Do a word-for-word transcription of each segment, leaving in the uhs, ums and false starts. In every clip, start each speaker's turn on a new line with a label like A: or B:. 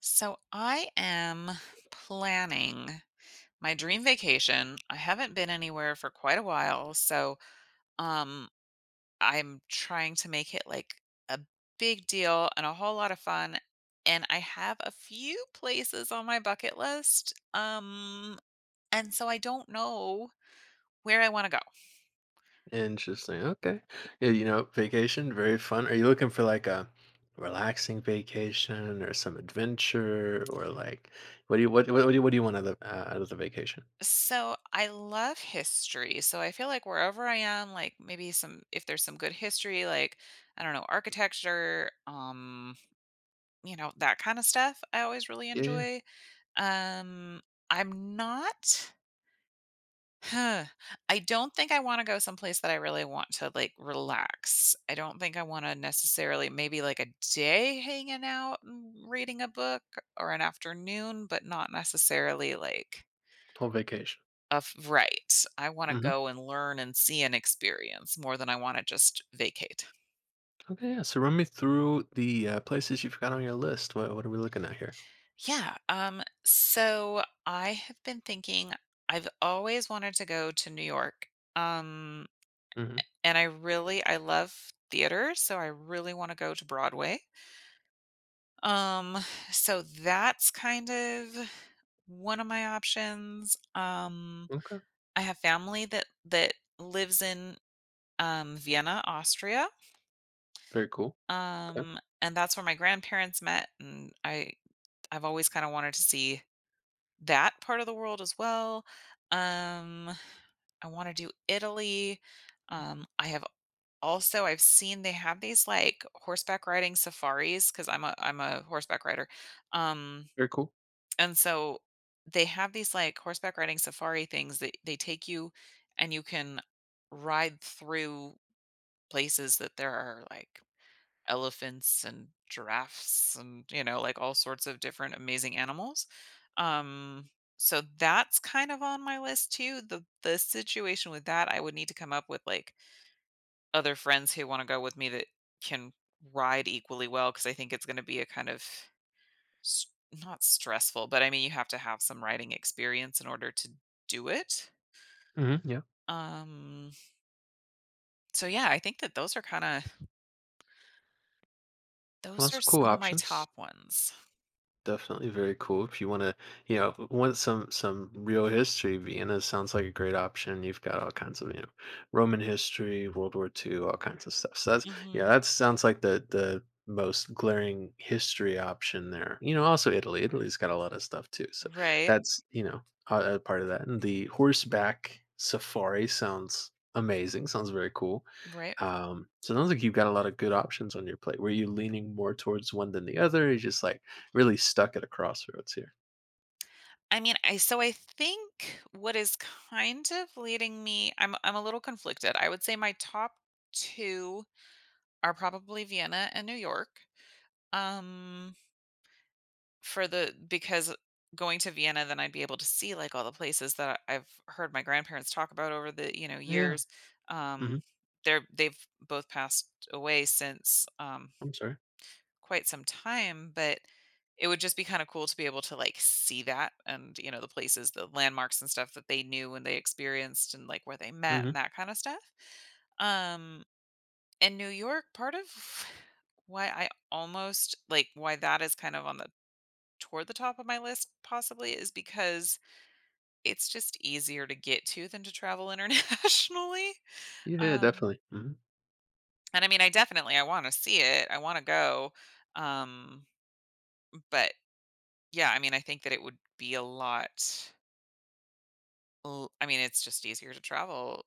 A: So I am planning my dream vacation. I haven't been anywhere for quite a while, so um I'm trying to make it like a big deal and a whole lot of fun. And I have a few places on my bucket list. Um and so I don't know where I want to go.
B: Interesting. Okay. Yeah, you know, vacation, very fun. Are you looking for like a relaxing vacation or some adventure or like what do you what what, what do you what do you want out of the, uh, out of the vacation?
A: So I love history. So I feel like wherever I am, like maybe some if there's some good history, like I don't know, architecture, um you know, that kind of stuff I always really
B: Yeah, yeah,
A: enjoy. Um, I'm not Huh. I don't think I want to go someplace that I really want to like relax. I don't think I want to necessarily, maybe like a day hanging out and reading a book or an afternoon, but not necessarily like
B: whole vacation.
A: a f- right. I want to
B: Hmm.
A: go and learn and see and experience more than I want to just vacate.
B: Okay, yeah. So run me through the uh, places you've got on your list. What what are we looking at here?
A: Yeah. Um, so I have been thinking, I've always wanted to go to New York. Um,
B: Hmm.
A: and I really, I love theater, so I really want to go to Broadway. Um, so that's kind of one of my options. Um,
B: Okay.
A: I have family that that lives in um Vienna, Austria.
B: Very cool. Okay.
A: Um, and that's where my grandparents met, and I I've always kind of wanted to see that part of the world as well. Um, I want to do Italy. Um, I have also, I've seen they have these like horseback riding safaris because I'm a I'm a horseback rider. Um,
B: Very cool.
A: and so they have these like horseback riding safari things that they take you, and you can ride through places that there are like elephants and giraffes and you know, like all sorts of different amazing animals, um so that's kind of on my list too. The the situation with that, I would need to come up with like other friends who want to go with me that can ride equally well, because I think it's going to be a kind of s- not stressful, but I mean, you have to have some riding experience in order to do it.
B: Hmm. Yeah.
A: um so yeah, I think that those are kind of, those
B: Lots
A: are
B: of cool
A: some of my
B: options.
A: top ones.
B: Definitely very cool. If you want to, you know, want some some real history, Vienna sounds like a great option. You've got all kinds of, you know, Roman history, World War Twenty, all kinds of stuff. So that's yeah,
A: Hmm.
B: that sounds like the the most glaring history option there. You know, also Italy. Italy's got a lot of stuff too. So
A: Right.
B: that's, you know, a, a part of that. And the horseback safari sounds amazing. Sounds very cool.
A: Right.
B: Um, so it sounds like you've got a lot of good options on your plate. Were you leaning more towards one than the other? Or you just like really stuck at a crossroads here?
A: I mean, I so I think what is kind of leading me, I'm I'm a little conflicted. I would say my top two are probably Vienna and New York. Um, for the, because going to Vienna, then I'd be able to see, like, all the places that I've heard my grandparents talk about over the, you know,
B: Yeah.
A: years.
B: Hmm.
A: Um, they're they've both passed away since, um
B: I'm sorry.
A: quite some time, but it would just be kind of cool to be able to like see that, and you know, the places, the landmarks and stuff that they knew and they experienced, and like where they met
B: Hmm.
A: and that kind of stuff. Um in New York, part of why I almost like why that is kind of on the toward the top of my list possibly is because it's just easier to get to than to travel internationally.
B: Yeah,
A: Um
B: definitely. Hmm.
A: and I mean, I definitely I want to see it. I want to go. Um but Yeah, I mean, I think that it would be a lot l I mean, it's just easier to travel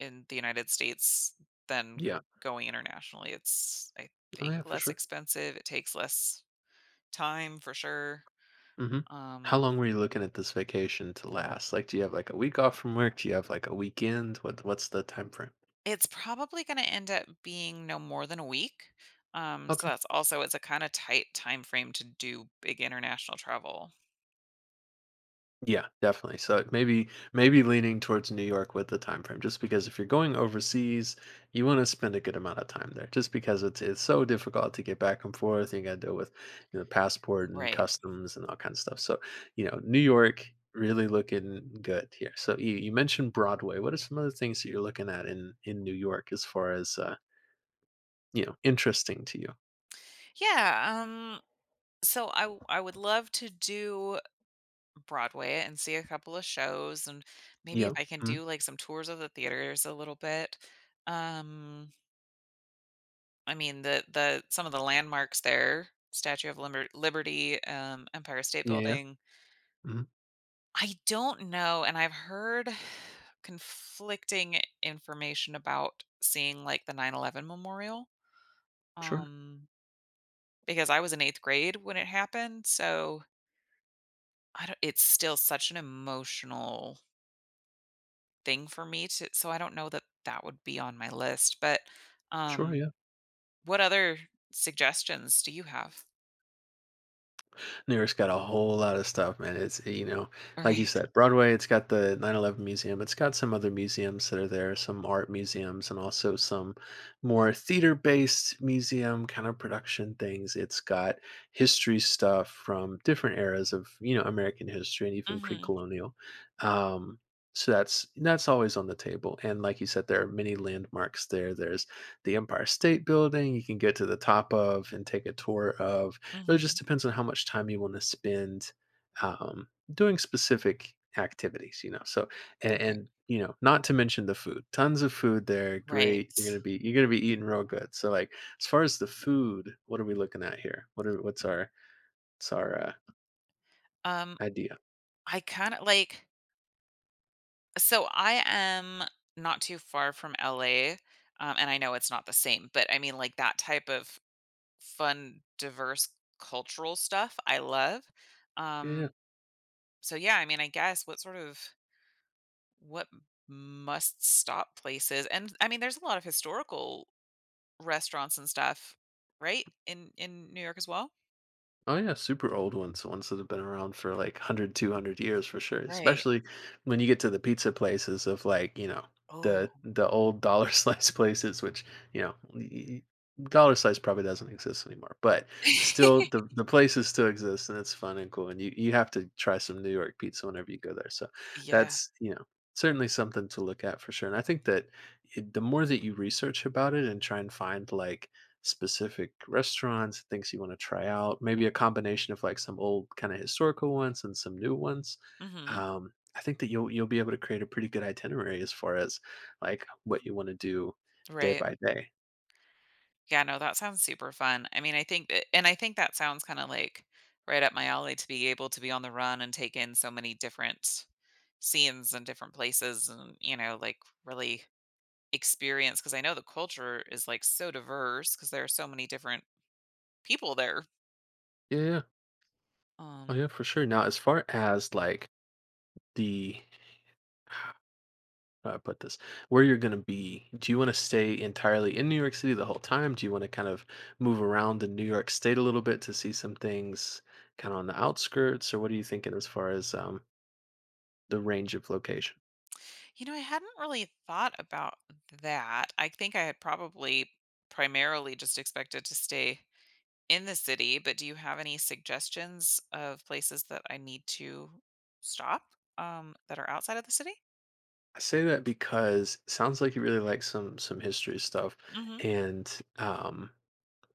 A: in the United States than
B: Yeah.
A: going internationally. It's, I
B: Oh yeah,
A: think,
B: for
A: less
B: sure.
A: expensive. It takes less time for sure.
B: Hmm. How
A: Um,
B: long were you looking at this vacation to last? Like, do you have like a week off from work? Do you have like a weekend? What What's the time frame?
A: it's probably gonna end up being no more than a week. Um, so
B: Okay.
A: that's also, it's a kinda tight time frame to do big international travel.
B: Yeah, definitely. So maybe maybe leaning towards New York with the time frame, just because if you're going overseas, you want to spend a good amount of time there, just because it's it's so difficult to get back and forth. You got to deal with you know passport and
A: Right.
B: customs and all kinds of stuff. So you know New York really looking good here. So you, you mentioned Broadway. What are some other things that you're looking at in in New York as far as uh, you know interesting to you?
A: Yeah, um, so I w I would love to do Broadway and see a couple of shows, and maybe if
B: Yeah.
A: I can
B: Mm.
A: do like some tours of the theaters a little bit. Um I mean, the the some of the landmarks there, Statue of Liber- Liberty, um Empire State
B: Yeah. Yeah.
A: Building.
B: Mhm.
A: I don't know, and I've heard conflicting information about seeing like the nine eleven memorial.
B: Sure.
A: Um because I was in eighth grade when it happened, so I don't, it's still such an emotional thing for me to, so I don't know that that would be on my list, but,
B: Sure. Yeah.
A: um, what other suggestions do you have?
B: New York's got a whole lot of stuff, man. It's, eh, you know, Like you
A: Right.
B: said, Broadway, it's got the nine eleven museum. It's got some other museums that are there, some art museums and also some more theater-based museum kind of production things. It's got history stuff from different eras of, you know, American history and even
A: Mhm,
B: pre-colonial. Um, so that's that's always on the table. And like you said, there are many landmarks there. There's the Empire State Building you can get to the top of and take a tour of. It just
A: mhm.
B: depends on how much time you want to spend um, doing specific activities, you know. So and,
A: Okay.
B: and you know, not to mention the food. Tons of food there.
A: Right.
B: Great. You're gonna be you're gonna be eating real good. So like as far as the food, what are we looking at here? What are what's our what's our uh,
A: Um,
B: idea?
A: I kinda like, so I am not too far from L A, um, and I know it's not the same, but I mean, like, that type of fun, diverse cultural stuff I love. Um, so yeah, I mean, I guess what sort of, what must stop places, and I mean, there's a lot of historical restaurants and stuff right in in New York as well.
B: Oh yeah, super old ones, ones that have been around for like one hundred, two hundred years for sure.
A: Right.
B: Especially when you get to the pizza places of like, you know,
A: Oh.
B: the the old dollar slice places, which, you know, y- y- dollar slice probably doesn't exist anymore, but still the, the places still exist and it's fun and cool. And you, you have to try some New York pizza whenever you go there. So
A: Yeah.
B: that's, you know, certainly something to look at for sure. And I think that it, the more that you research about it and try and find like specific restaurants, things you wanna try out, maybe a combination of, like, some old kinda historical ones and some new ones.
A: Hmm.
B: Um, I think that you'll you'll be able to create a pretty good itinerary as far as, like, what you wanna do day
A: Right.
B: by day.
A: Yeah, no, that sounds super fun. I mean, I think that, and I think that sounds kind of like right up my alley, to be able to be on the run and take in so many different scenes and different places, and you know, like really experience, because I know the culture is like so diverse because there are so many different people there.
B: Yeah, yeah. Oh, yeah,
A: Um,
B: for sure. Now as far as, like, the how do I put this? Where you're gonna be, do you wanna stay entirely in New York City the whole time? Do you wanna kind of move around in New York State a little bit to see some things kinda on the outskirts? Or what are you thinking as far as, um, the range of location.
A: you know, I hadn't really thought about that. I think I had probably primarily just expected to stay in the city, but do you have any suggestions of places that I need to stop um that are outside of the city?
B: I say that because it sounds like you really like some some history stuff,
A: Mhm.
B: and um,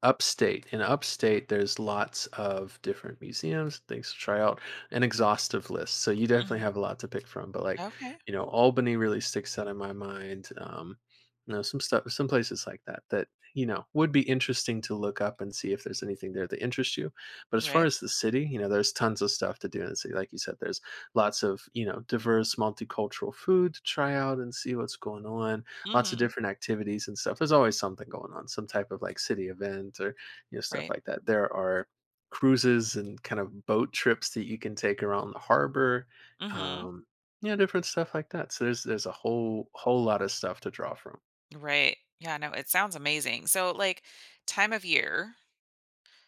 B: upstate. In upstate, there's lots of different museums, things to try out, an exhaustive list. So you definitely
A: Mhm.
B: have a lot to pick from. But like,
A: Okay.
B: you know, Albany really sticks out in my mind. Um, you know, some stuff, some places like that that you know would be interesting to look up and see if there's anything there that interests you. But as far
A: Right.
B: as the city, you know, there's tons of stuff to do in the city. Like you said, there's lots of you know diverse, multicultural food to try out and see what's going on. Lots of
A: Mhm.
B: different activities and stuff. There's always something going on, some type of like city event or you know stuff
A: Right.
B: like that. There are cruises and kind of boat trips that you can take around the harbor,
A: Mhm.
B: um, you know, different stuff like that. So there's there's a whole whole lot of stuff to draw from.
A: Right. Yeah, no, it sounds amazing. So like, time of year,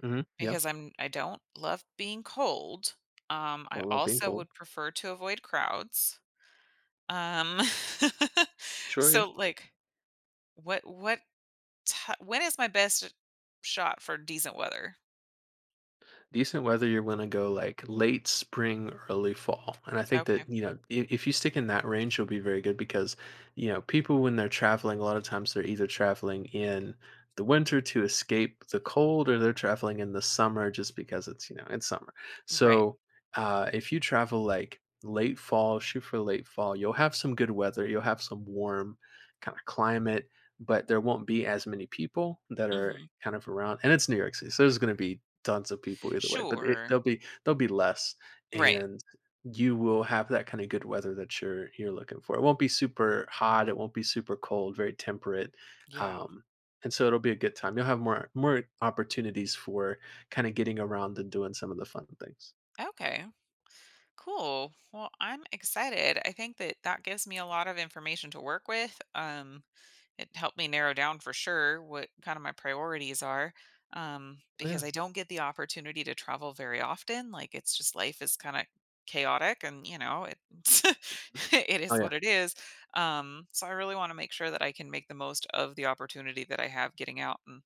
B: Hmm. Yeah,
A: because I'm I don't love being cold. Um
B: I
A: I
B: love being
A: also
B: cold.
A: would prefer to avoid crowds. Um,
B: Sure, yeah.
A: so, like, what what ti when is my best shot for decent weather?
B: Decent weather, you're going to go like late spring, early fall. And I think that,
A: Okay.
B: you know, if, if you stick in that range, you'll be very good because, you know, people when they're traveling, a lot of times they're either traveling in the winter to escape the cold or they're traveling in the summer just because it's, you know, it's summer.
A: Right.
B: So uh, if you travel like late fall, shoot for late fall, you'll have some good weather, you'll have some warm kind of climate but there won't be as many people that are
A: Mhm.
B: kind of around and it's New York City so there's going to be tons of people either way, but it
A: Sure.
B: there'll be there'll be less,
A: Right.
B: and you will have that kinda good weather that you're you're looking for. It won't be super hot, it won't be super cold, very temperate,
A: Yeah.
B: um, and so it'll be a good time. You'll have more more opportunities for kinda getting around and doing some of the fun things.
A: Okay. Cool. Well, I'm excited. I think that that gives me a lot of information to work with. Um it helped me narrow down for sure what kind of my priorities are, um,
B: Oh, yeah.
A: because I don't get the opportunity to travel very often. Like, it's just, life is kind of chaotic, and you know, it it
B: Oh,
A: is
B: yeah.
A: what it is. Um so I really want to make sure that I can make the most of the opportunity that I have, getting out and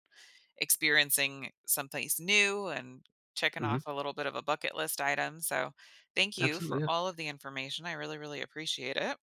A: experiencing someplace new and checking
B: Mhm.
A: off a little bit of a bucket list item. So thank you
B: Absolutely,
A: for
B: yeah.
A: all of the information. I really really appreciate it.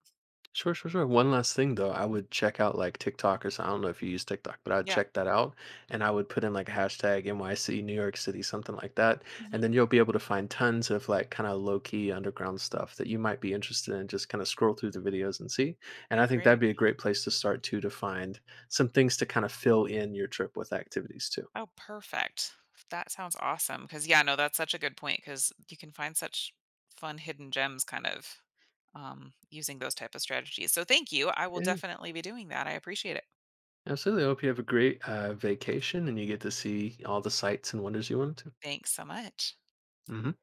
B: Sure, sure, sure. One last thing though, I would check out like TikTok or so I don't know if you use TikTok, but I'd
A: Yeah.
B: check that out and I would put in like a hashtag N Y C New York City, something like that. And
A: Hmm.
B: then you'll be able to find tons of like kind of low key underground stuff that you might be interested in. Just kind of scroll through the videos and see. And I
A: Oh,
B: think that'd
A: great.
B: be a great place to start too to find some things to kind of fill in your trip with activities too.
A: Oh, perfect. That sounds awesome. Because yeah, no, that's such a good point. Because you can find such fun hidden gems, kind of, um, using those type of strategies. So thank you. I will
B: Yeah,
A: definitely be doing that. I appreciate it.
B: absolutely. I hope you have a great uh, vacation and you get to see all the sights and wonders you wanted to.
A: Thanks so much.
B: Hmm.